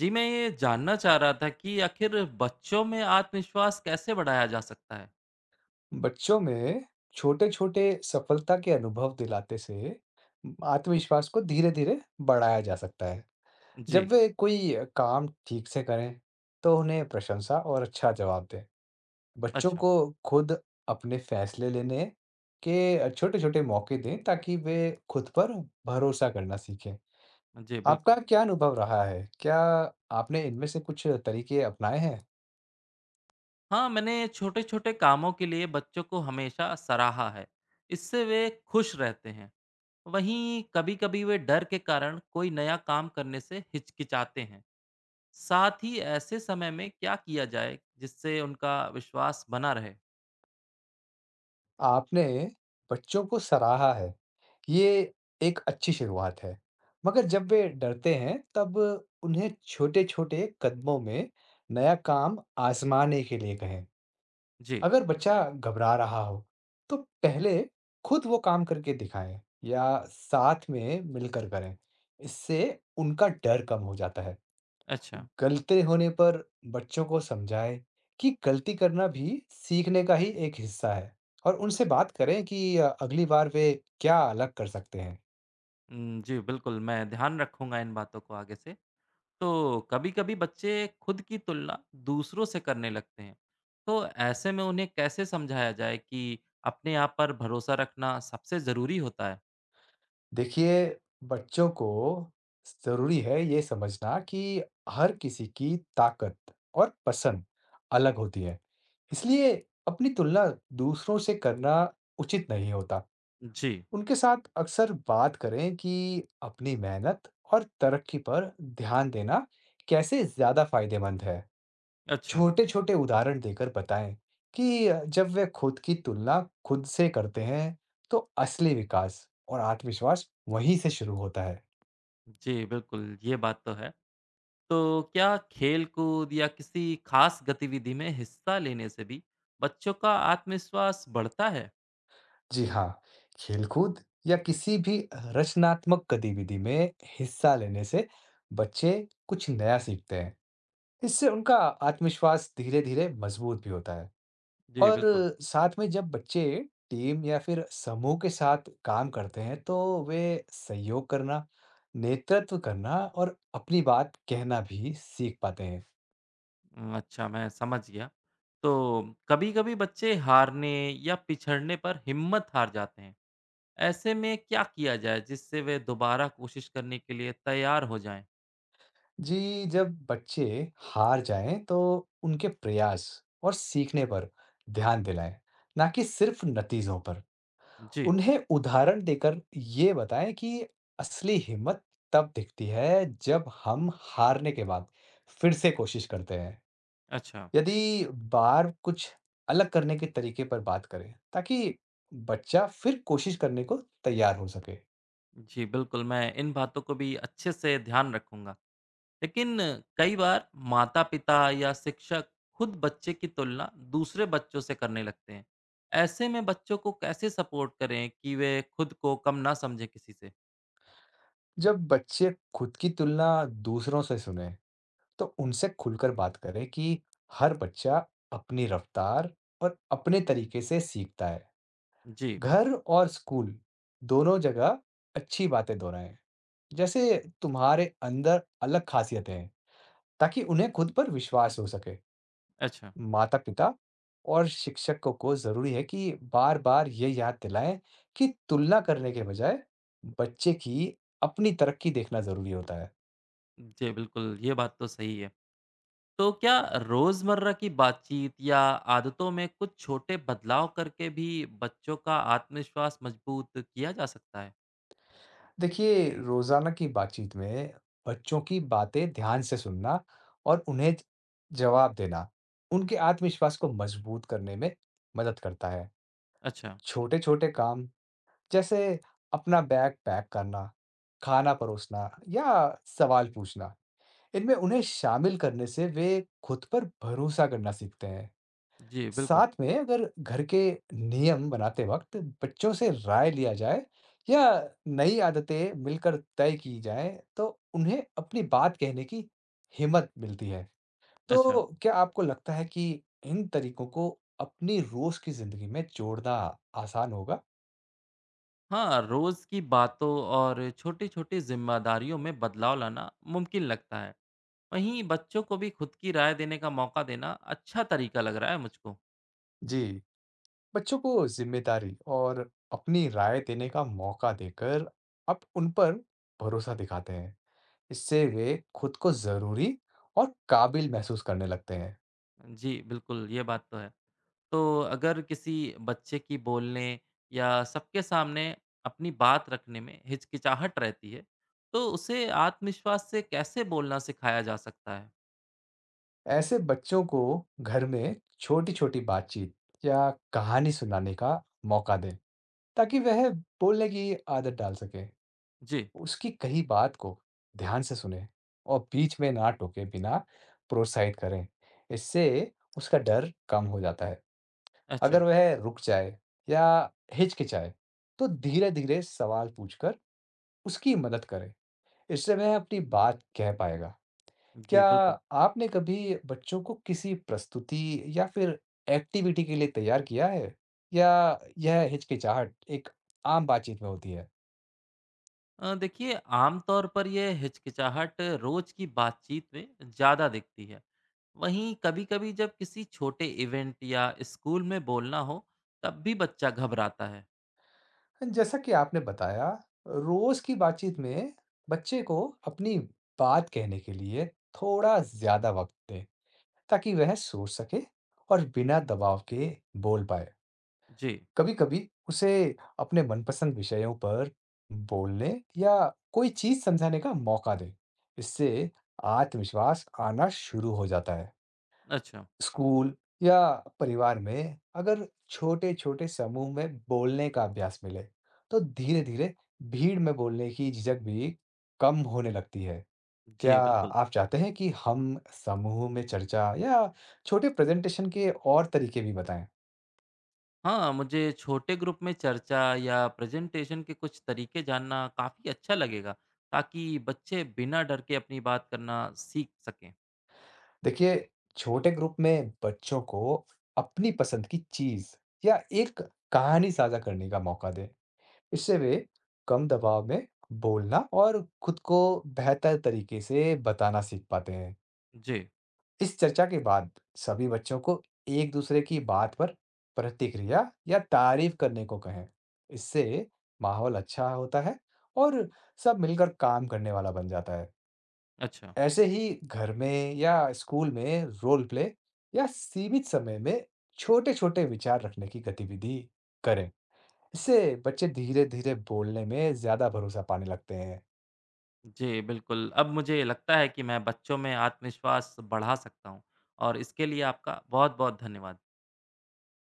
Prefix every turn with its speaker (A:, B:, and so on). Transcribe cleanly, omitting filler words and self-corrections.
A: जी, मैं ये जानना चाह रहा था कि आखिर बच्चों में आत्मविश्वास कैसे बढ़ाया जा सकता है?
B: बच्चों में छोटे-छोटे सफलता के अनुभव दिलाते से आत्मविश्वास को धीरे-धीरे बढ़ाया जा सकता है। जब
A: जी,
B: वे कोई काम ठीक से करें, तो उन्हें प्रशंसा और अच्छा जवाब दें। बच्चों
A: अच्छा।
B: को खुद अपने फैसले लेने के छोटे-छोटे मौके दें, ताकि वे खुद पर भरोसा करना सीखें।
A: जी, बिल्कुल।
B: आपका क्या अनुभव रहा है? क्या आपने इनमें से कुछ तरीके अपनाए हैं?
A: हाँ, मैंने छोटे-छोटे कामों के लिए बच्चों को हमेशा सराहा है। इससे वे खुश रहते हैं। वहीं कभी-कभी वे डर के कारण कोई नया काम करने से हिचकिचाते हैं। साथ ही ऐसे समय में क्या किया जाए जिससे उनका विश्वास बना रहे?
B: आपने बच्चों को सराहा है। ये एक अच्छी शुरुआत है, मगर जब वे डरते हैं, तब उन्हें छोटे-छोटे कदमों में नया काम आज़माने के लिए कहें।
A: जी,
B: अगर बच्चा घबरा रहा हो, तो पहले खुद वो काम करके दिखाएं या साथ में मिलकर करें। इससे उनका डर कम हो जाता है।
A: अच्छा।
B: गलती होने पर बच्चों को समझाएं कि गलती करना भी सीखने का ही एक हिस्सा है और उनसे बात करें कि अगली बार वे क्या अलग कर सकते हैं।
A: जी, बिल्कुल मैं ध्यान रखूँगा इन बातों को आगे से। तो कभी-कभी बच्चे खुद की तुलना दूसरों से करने लगते हैं। तो ऐसे में उन्हें कैसे समझाया जाए कि अपने आप पर भरोसा रखना सबसे ज़रूरी होता है?
B: देखिए, बच्चों को ज़रूरी है ये समझना कि हर किसी की ताकत और पसंद अलग होती है। इसलिए अपनी तुलना दूसरों से करना उचित नहीं होता।
A: जी,
B: उनके साथ अक्सर बात करें कि अपनी मेहनत और तरक्की पर ध्यान देना कैसे ज़्यादा फ़ायदेमंद है।
A: अच्छा।
B: छोटे-छोटे उदाहरण देकर बताएँ कि जब वे खुद की तुलना खुद से करते हैं, तो असली विकास और आत्मविश्वास वहीं से शुरू होता है।
A: जी, बिल्कुल, ये बात तो है। तो क्या खेल-कूद या किसी खास गतिविधि में हिस्सा लेने से भी बच्चों का आत्मविश्वास बढ़ता है?
B: जी हाँ, खेलकूद या किसी भी रचनात्मक गतिविधि में हिस्सा लेने से बच्चे कुछ नया सीखते हैं। इससे उनका आत्मविश्वास धीरे-धीरे मजबूत भी होता है।
A: जी,
B: और
A: बिल्कुल।
B: साथ में जब बच्चे टीम या फिर समूह के साथ काम करते हैं, तो वे सहयोग करना, नेतृत्व करना और अपनी बात कहना भी सीख पाते हैं।
A: अच्छा, मैं समझ गया। तो कभी-कभी बच्चे हारने या पिछड़ने पर हिम्मत हार जाते हैं। ऐसे में क्या किया जाए जिससे वे दोबारा कोशिश करने के लिए तैयार हो जाएं?
B: जी, जब बच्चे हार जाएं, तो उनके प्रयास और सीखने पर ध्यान दिलाएं, ना कि सिर्फ नतीजों पर।
A: जी,
B: उन्हें उदाहरण देकर ये बताएं कि असली हिम्मत तब दिखती है, जब हम हारने के बाद फिर से कोशिश करते हैं।
A: अच्छा।
B: यदि बार कुछ अलग करने के तरीके पर बात करें ताकि बच्चा फिर कोशिश करने को तैयार हो सके।
A: जी, बिल्कुल, मैं इन बातों को भी अच्छे से ध्यान रखूँगा। लेकिन कई बार माता-पिता या शिक्षक खुद बच्चे की तुलना दूसरे बच्चों से करने लगते हैं। ऐसे में बच्चों को कैसे सपोर्ट करें कि वे खुद को कम ना समझें किसी से?
B: जब बच्चे खुद की तुलना दूसरों से सुने, तो उनसे खुलकर बात करें कि हर बच्चा अपनी रफ्तार और अपने तरीके से सीखता है।
A: जी,
B: घर और स्कूल दोनों जगह अच्छी बातें दोहराएं, जैसे तुम्हारे अंदर अलग खासियतें हैं, ताकि उन्हें खुद पर विश्वास हो सके।
A: अच्छा।
B: माता-पिता और शिक्षकों को ज़रूरी है कि बार-बार ये याद दिलाएं कि तुलना करने के बजाय बच्चे की अपनी तरक्की देखना ज़रूरी होता है।
A: जी, बिल्कुल, ये बात तो सही है। तो क्या रोजमर्रा की बातचीत या आदतों में कुछ छोटे बदलाव करके भी बच्चों का आत्मविश्वास मजबूत किया जा सकता है?
B: देखिए, रोज़ाना की बातचीत में बच्चों की बातें ध्यान से सुनना और उन्हें जवाब देना, उनके आत्मविश्वास को मजबूत करने में मदद करता है।
A: अच्छा,
B: छोटे-छोटे काम जैसे अपना बैग पैक करना, खाना परोसना या सवाल पूछना, इनमें उन्हें शामिल करने से वे खुद पर भरोसा करना सीखते हैं।
A: जी बिल्कुल।
B: साथ में अगर घर के नियम बनाते वक्त बच्चों से राय लिया जाए या नई आदतें मिलकर तय की जाएं, तो उन्हें अपनी बात कहने की हिम्मत मिलती है।
A: अच्छा,
B: तो क्या आपको लगता है कि इन तरीकों को अपनी रोज की जिंदगी में जोड़ना आसान होगा?
A: हाँ, रोज की बातों और छोटी-छोटी जिम्मेदारियों में बदलाव लाना मुमकिन लगता है। वहीं बच्चों को भी खुद की राय देने का मौका देना अच्छा तरीका लग रहा है मुझको।
B: जी, बच्चों को जिम्मेदारी और अपनी राय देने का मौका देकर आप उन पर भरोसा दिखाते हैं। इससे वे खुद को ज़रूरी और काबिल महसूस करने लगते हैं।
A: जी, बिल्कुल, ये बात तो है। तो अगर किसी बच्चे की बोलने या सबके सामने अपनी बात रखने में हिचकिचाहट रहती है, तो उसे आत्मविश्वास से कैसे बोलना सिखाया जा सकता है?
B: ऐसे बच्चों को घर में छोटी-छोटी बातचीत या कहानी सुनाने का मौका दें, ताकि वह बोलने की आदत डाल सके।
A: जी,
B: उसकी कही बात को ध्यान से सुने और बीच में ना टोके बिना प्रोत्साहित करें। इससे उसका डर कम हो जाता है।
A: अच्छा।
B: अगर वह रुक जाए या हिचकिचाए, तो धीरे-धीरे सवाल पूछकर उसकी मदद करें। इससे वह अपनी बात कह पाएगा।
A: जी,
B: क्या
A: बिल्कुल।
B: आपने कभी बच्चों को किसी प्रस्तुति या फिर एक्टिविटी के लिए तैयार किया है, या यह हिचकिचाहट एक आम बातचीत में होती है?
A: देखिए आमतौर पर ये हिचकिचाहट रोज़ की बातचीत में ज़्यादा दिखती है। वहीं कभी-कभी जब किसी छोटे इवेंट या स्कूल में बोलना हो, तब भी बच्चा घबराता है।
B: जैसा कि आपने बताया, रोज की बातचीत में बच्चे को अपनी बात कहने के लिए थोड़ा ज्यादा वक्त दें, ताकि वह सोच सके और बिना दबाव के बोल पाए।
A: जी,
B: कभी-कभी उसे अपने मनपसंद विषयों पर बोलने या कोई चीज समझाने का मौका दें। इससे आत्मविश्वास आना शुरू हो जाता है।
A: अच्छा।
B: स्कूल या परिवार में अगर छोटे-छोटे समूह में बोलने का अभ्यास मिले, तो धीरे-धीरे भीड़ में बोलने की झिझक भी कम होने लगती है।
A: जी,
B: क्या
A: बिल्कुल।
B: आप चाहते हैं कि हम समूह में चर्चा या छोटे प्रेज़ेंटेशन के और तरीके भी बताएं?
A: हाँ, मुझे छोटे ग्रुप में चर्चा या प्रेजेंटेशन के कुछ तरीके जानना काफ़ी अच्छा लगेगा, ताकि बच्चे बिना डर के अपनी बात करना सीख सकें।
B: देखिए, छोटे ग्रुप में बच्चों को अपनी पसंद की चीज़ या एक कहानी साझा करने का मौका दें। इससे वे कम दबाव में बोलना और खुद को बेहतर तरीके से बताना सीख पाते हैं।
A: जी,
B: इस चर्चा के बाद सभी बच्चों को एक दूसरे की बात पर प्रतिक्रिया या तारीफ करने को कहें। इससे माहौल अच्छा होता है और सब मिलकर काम करने वाला बन जाता है।
A: अच्छा।
B: ऐसे ही घर में या स्कूल में रोल प्ले या सीमित समय में छोटे-छोटे विचार रखने की गतिविधि करें। इससे बच्चे धीरे-धीरे बोलने में ज़्यादा भरोसा पाने लगते हैं।
A: जी, बिल्कुल। अब मुझे लगता है कि मैं बच्चों में आत्मविश्वास बढ़ा सकता हूँ और इसके लिए आपका बहुत-बहुत धन्यवाद।